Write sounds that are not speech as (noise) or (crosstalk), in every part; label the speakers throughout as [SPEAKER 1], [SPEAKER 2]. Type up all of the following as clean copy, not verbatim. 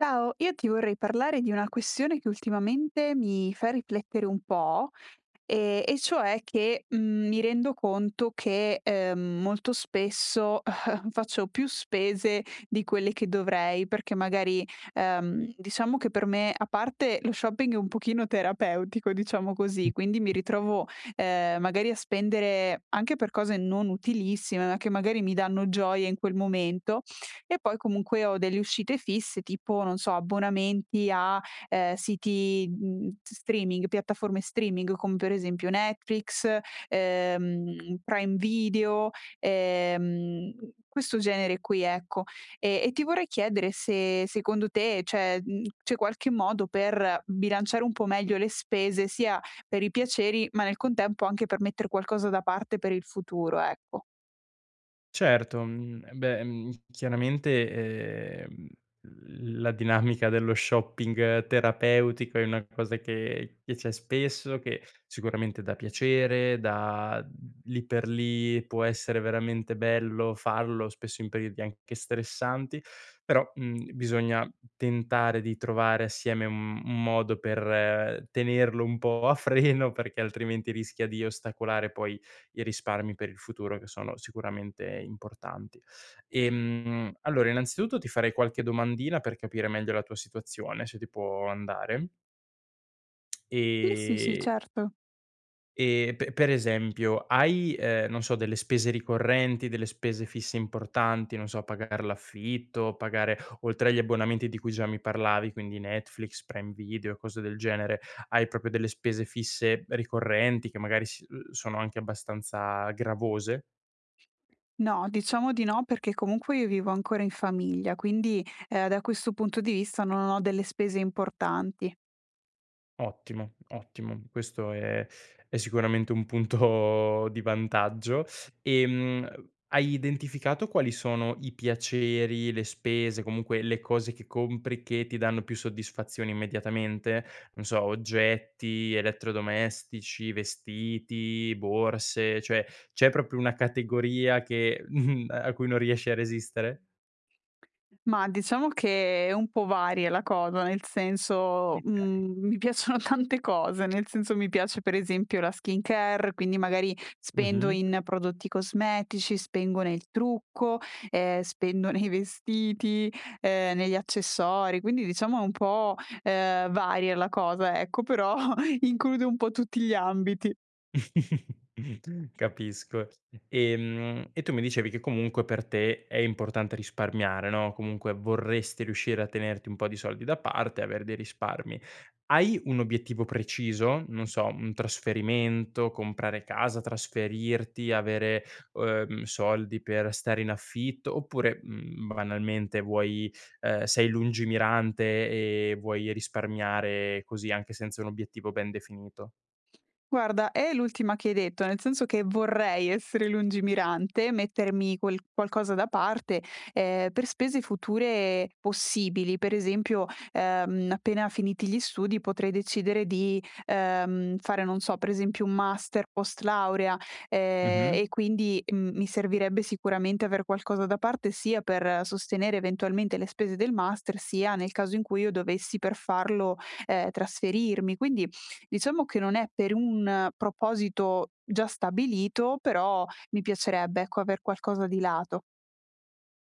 [SPEAKER 1] Ciao, io ti vorrei parlare di una questione che ultimamente mi fa riflettere un po'. E cioè che, mi rendo conto che, molto spesso (laughs) faccio più spese di quelle che dovrei, perché magari, diciamo che per me a parte lo shopping è un pochino terapeutico, diciamo così, quindi mi ritrovo, magari a spendere anche per cose non utilissime, ma che magari mi danno gioia in quel momento, e poi comunque ho delle uscite fisse, tipo, non so, abbonamenti a, siti, mhmm, s streaming, piattaforme streaming come per esempio Netflix, Prime Video, ehm, questo genere qui, ecco. E ti vorrei chiedere se secondo te c'è qualche modo per bilanciare un po' meglio le spese, sia per i piaceri, ma nel contempo anche per mettere qualcosa da parte per il futuro, ecco.
[SPEAKER 2] Certo, eh beh, chiaramente, l la dinamica dello shopping terapeutico è una cosa che c'è spesso, che sicuramente dà piacere, dà lì per lì può essere veramente bello farlo, spesso in periodi anche stressanti, però, bisogna tentare di trovare assieme un modo per tenerlo un po' a freno, perché altrimenti rischia di ostacolare poi i risparmi per il futuro che sono sicuramente importanti. Allora innanzitutto ti farei qualche domandina per capire meglio la tua situazione, se ti può andare.
[SPEAKER 1] Sì, sì, sì,
[SPEAKER 2] Ehm,
[SPEAKER 1] certo.
[SPEAKER 2] e pe per esempio hai, non so, delle spese ricorrenti, delle spese fisse importanti, non so, pagare l'affitto, pagare oltre agli abbonamenti di cui già mi parlavi, quindi Netflix, Prime Video e cose del genere, hai proprio delle spese fisse ricorrenti che magari s sono anche abbastanza gravose?
[SPEAKER 1] No, diciamo di no perché comunque io vivo ancora in famiglia, quindi, da questo punto di vista non ho delle spese importanti.
[SPEAKER 2] Ottimo, ottimo. Questo è sicuramente un punto (laughs) di vantaggio. Hai identificato quali sono i piaceri, le spese, comunque le cose che compri che ti danno più soddisfazione immediatamente? Non so, oggetti, elettrodomestici, vestiti, borse, cioè c'è proprio una categoria che (laughs) a cui non riesci a resistere?
[SPEAKER 1] Ma diciamo che è un po' varia la cosa, nel senso,
[SPEAKER 2] Okay.
[SPEAKER 1] mi piacciono (laughs) tante cose, nel senso mi piace per esempio la skincare, quindi magari spendo
[SPEAKER 2] Mh-mh.
[SPEAKER 1] in prodotti cosmetici, spengo nel trucco, spendo nei vestiti, negli accessori, quindi diciamo è un po', varia la cosa ecco, però (laughs) include un po' tutti gli ambiti.
[SPEAKER 2] (laughs) Capisco. E tu mi dicevi che comunque per te è importante risparmiare, no, comunque vorresti riuscire a tenerti un po' di soldi da parte, aver dei risparmi. Hai un obiettivo preciso? Non so, un trasferimento, comprare casa, trasferirti, avere, soldi per stare in affitto, oppure, banalmente vuoi sei lungimirante e vuoi risparmiare così anche senza un obiettivo ben definito?
[SPEAKER 1] Guarda, è l'ultima che hai detto, nel senso che vorrei essere lungimirante, mettermi quel qualcosa da parte, per spese future possibili. Per esempio, appena finiti gli studi potrei decidere di, fare, non so, per esempio un master post laurea,
[SPEAKER 2] Mh-mh.
[SPEAKER 1] e quindi, mi servirebbe sicuramente aver qualcosa da parte sia per sostenere eventualmente le spese del master, sia nel caso in cui io dovessi per farlo, trasferirmi. Diciamo che non è per un proposito già stabilito, però mi piacerebbe, ecco, aver qualcosa di lato.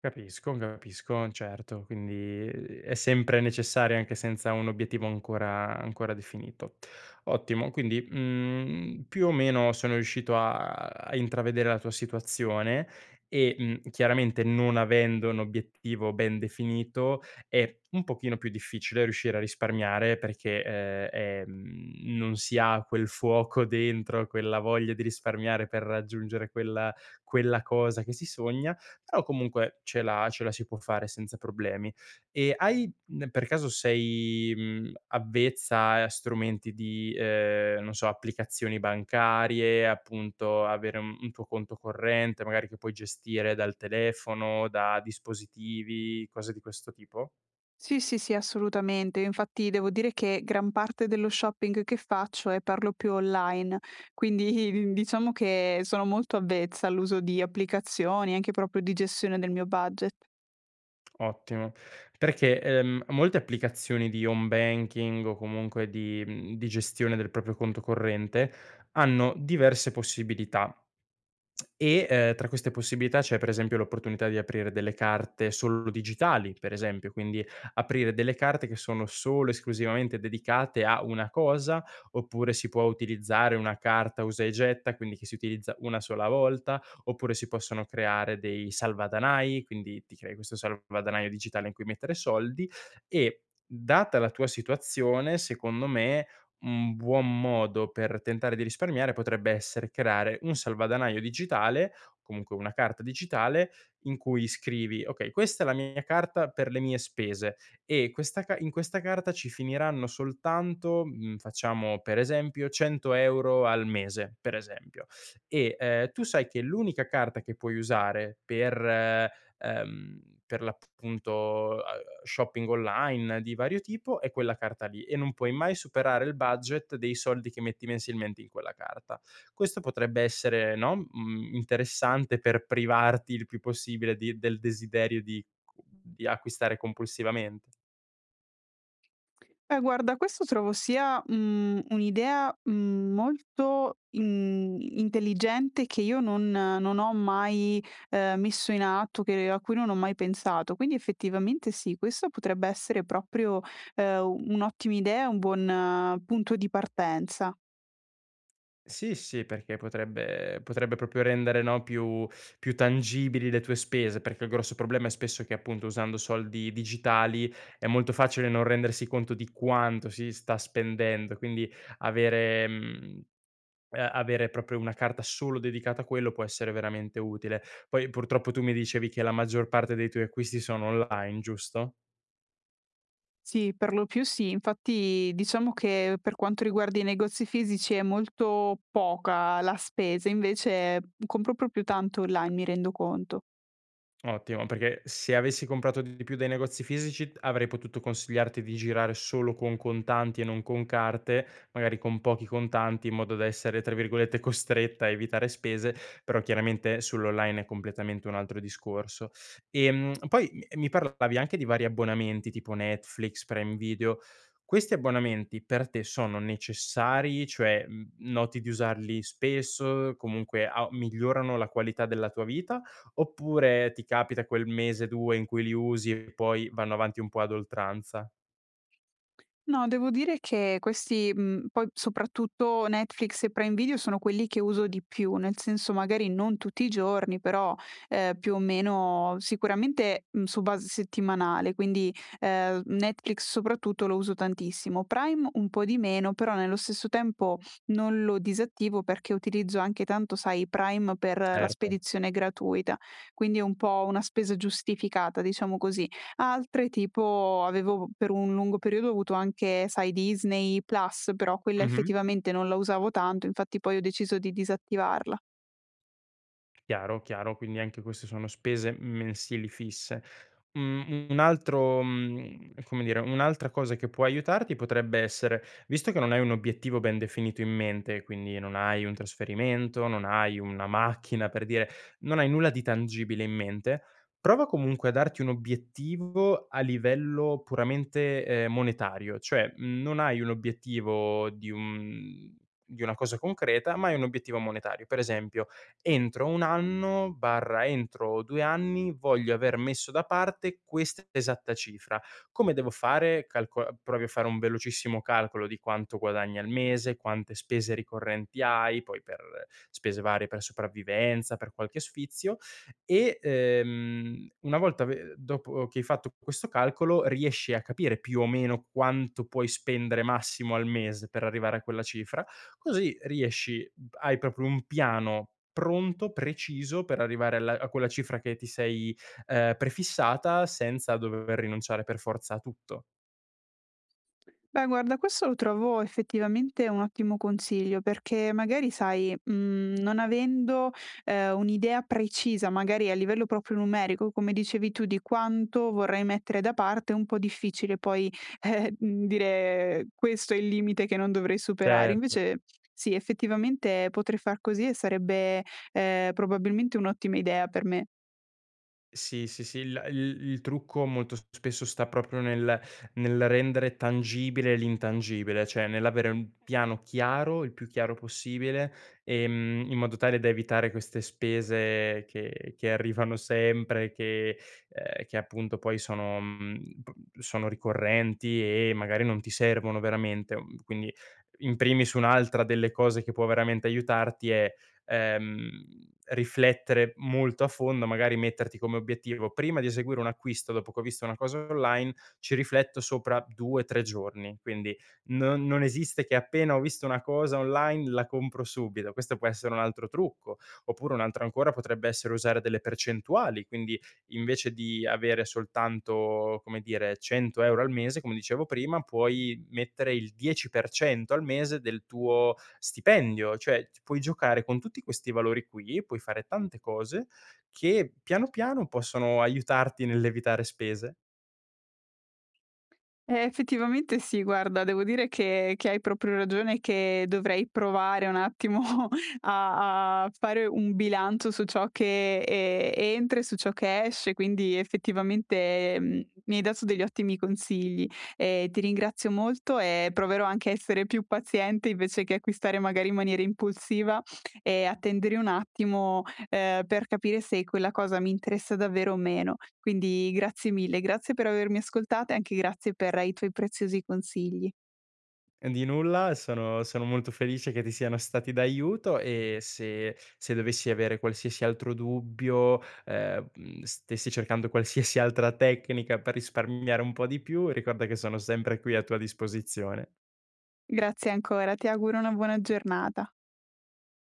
[SPEAKER 2] Capisco, capisco, certo, quindi è sempre necessario anche senza un obiettivo ancora definito. Ottimo, quindi più o meno sono riuscito a intravedere la tua situazione e chiaramente non avendo un obiettivo ben definito è un pochino più difficile riuscire a risparmiare perché non si ha quel fuoco dentro, quella voglia di risparmiare per raggiungere quella cosa che si sogna, però comunque ce la si può fare senza problemi. E per caso sei, avvezza a strumenti di, non so, applicazioni bancarie, appunto avere un tuo conto corrente, magari che puoi gestire dal telefono, da dispositivi, cose di questo tipo?
[SPEAKER 1] Sì, sì, sì, assolutamente. Infatti devo dire che gran parte dello shopping che faccio è per lo più online, quindi (laughs) diciamo che sono molto avvezza all'uso di applicazioni, anche proprio di gestione del mio budget.
[SPEAKER 2] Ottimo. Perché, molte applicazioni di home banking o comunque di gestione del proprio conto corrente hanno diverse possibilità. E, tra queste possibilità c'è per esempio l'opportunità di aprire delle carte solo digitali, per esempio, quindi aprire delle carte che sono solo esclusivamente dedicate a una cosa, oppure si può utilizzare una carta usa e getta, quindi che si utilizza una sola volta, oppure si possono creare dei salvadanai, quindi ti crei questo salvadanaio digitale in cui mettere soldi e, data la tua situazione, secondo me un buon modo per tentare di risparmiare potrebbe essere creare un salvadanaio digitale, comunque una carta digitale, in cui scrivi: "Okay, questa è la mia carta per le mie spese e questa ca in questa carta ci finiranno soltanto", facciamo per esempio, €100 al mese, per esempio. E, tu sai che l'unica carta che puoi usare per l'appunto, uhm, shopping online di vario tipo e quella carta lì, e non puoi mai superare il budget dei soldi che metti mensilmente in quella carta. Questo potrebbe essere, no, interessante per privarti il più possibile di del desiderio di acquistare compulsivamente.
[SPEAKER 1] Beh, guarda, questo trovo sia, un'idea, molto in intelligente che io non ho mai, messo in atto, che a cui non ho mai pensato. Quindi effettivamente sì, questa potrebbe essere proprio, un'ottima idea, un buon punto di partenza.
[SPEAKER 2] Sì, sì, perché potrebbe proprio rendere, no, più tangibili le tue spese, perché il grosso problema è spesso che appunto usando soldi digitali è molto facile non rendersi conto di quanto si sta spendendo, quindi avere mhmm, avere proprio una carta solo dedicata a quello può essere veramente utile. Poi purtroppo tu mi dicevi che la maggior parte dei tuoi acquisti sono online, giusto?
[SPEAKER 1] Sì, per lo più sì. Infatti diciamo che per quanto riguarda i negozi fisici è molto poca la spesa, invece compro proprio tanto online, mi rendo conto.
[SPEAKER 2] Ottimo, perché se avessi comprato di più dai negozi fisici avrei potuto consigliarti di girare solo con contanti e non con carte, magari con pochi contanti in modo da essere, tra virgolette, costretta a evitare spese, però chiaramente sull'online è completamente un altro discorso. Poi mi parlavi anche di vari abbonamenti tipo Netflix, Prime Video. Questi abbonamenti per te sono necessari? Cioè, noti di usarli spesso? Comunque, a migliorano la qualità della tua vita? Oppure ti capita quel mese, 2 in cui li usi e poi vanno avanti un po' ad oltranza.
[SPEAKER 1] No, devo dire che questi, poi soprattutto Netflix e Prime Video sono quelli che uso di più, nel senso magari non tutti i giorni, però, più o meno sicuramente, su base settimanale, quindi, Netflix soprattutto lo uso tantissimo. Prime un po' di meno, però nello stesso tempo non lo disattivo perché utilizzo anche tanto, sai, Prime per la
[SPEAKER 2] Certo.
[SPEAKER 1] spedizione gratuita, quindi è un po' una spesa giustificata, diciamo così. Altre tipo avevo per un lungo periodo ho avuto anche, sai, Disney Plus, però quella
[SPEAKER 2] Mh-mh.
[SPEAKER 1] effettivamente non la usavo tanto, infatti poi ho deciso di disattivarla.
[SPEAKER 2] Chiaro, chiaro, quindi anche queste sono spese mensili fisse. Come dire, un'altra cosa che può aiutarti potrebbe essere visto che non hai un obiettivo ben definito in mente, quindi non hai un trasferimento, non hai una macchina per dire, non hai nulla di tangibile in mente, prova comunque a darti un obiettivo a livello puramente, monetario, cioè, non hai un obiettivo di una cosa concreta, ma hai un obiettivo monetario. Per esempio entro 1 anno barra entro 2 anni voglio aver messo da parte questa esatta cifra. Come devo fare? Calco Provi a fare un velocissimo calcolo di quanto guadagni al mese, quante spese ricorrenti hai, poi per spese varie per sopravvivenza, per qualche sfizio e, una volta ve dopo che hai fatto questo calcolo riesci a capire più o meno quanto puoi spendere massimo al mese per arrivare a quella cifra, così riesci hai proprio un piano pronto, preciso per arrivare alla a quella cifra che ti sei, prefissata senza dover rinunciare per forza a tutto.
[SPEAKER 1] Beh, guarda, questo lo trovo effettivamente un ottimo consiglio perché magari, sai, non avendo, un'idea precisa, magari a livello proprio numerico, come dicevi tu, di quanto vorrei mettere da parte, è un po' difficile poi, dire: "Questo è il limite che non dovrei superare."
[SPEAKER 2] Certo.
[SPEAKER 1] Invece sì, effettivamente potrei far così e sarebbe, probabilmente un'ottima idea per me.
[SPEAKER 2] Sì, sì, sì, il trucco molto spesso sta proprio nel rendere tangibile l'intangibile, cioè nell'avere un piano chiaro, il più chiaro possibile, in modo tale da evitare queste spese che arrivano sempre, che appunto poi sono mhmm, p sono ricorrenti e magari non ti servono veramente. Mhmm, quindi in primis un'altra delle cose che può veramente aiutarti è ehm, riflettere molto a fondo, magari metterti come obiettivo: prima di eseguire un acquisto, dopo che ho visto una cosa online, ci rifletto sopra 2, 3 giorni. Quindi non esiste che appena ho visto una cosa online la compro subito. Questo può essere un altro trucco. Oppure un altro ancora potrebbe essere usare delle percentuali, quindi invece di avere soltanto, come dire, 100 € al mese, come dicevo prima, puoi mettere il 10% al mese del tuo stipendio, cioè ti puoi giocare con tutti questi valori qui, puoi fare tante cose che piano piano possono aiutarti nell'evitare spese.
[SPEAKER 1] Effettivamente sì, guarda, devo dire che hai proprio ragione, che dovrei provare un attimo (laughs) a fare un bilancio su ciò che, entra e su ciò che esce, quindi effettivamente, mi hai dato degli ottimi consigli. Ti ringrazio molto e proverò anche a essere più paziente invece che acquistare magari in maniera impulsiva e attendere un attimo per capire se quella cosa mi interessa davvero o meno. Quindi grazie mille, grazie per avermi ascoltata e anche grazie per i tuoi preziosi consigli.
[SPEAKER 2] Di nulla, sono molto felice che ti siano stati d'aiuto e se dovessi avere qualsiasi altro dubbio, stessi cercando qualsiasi altra tecnica per risparmiare un po' di più, ricorda che sono sempre qui a tua disposizione.
[SPEAKER 1] Grazie ancora, ti auguro una buona giornata.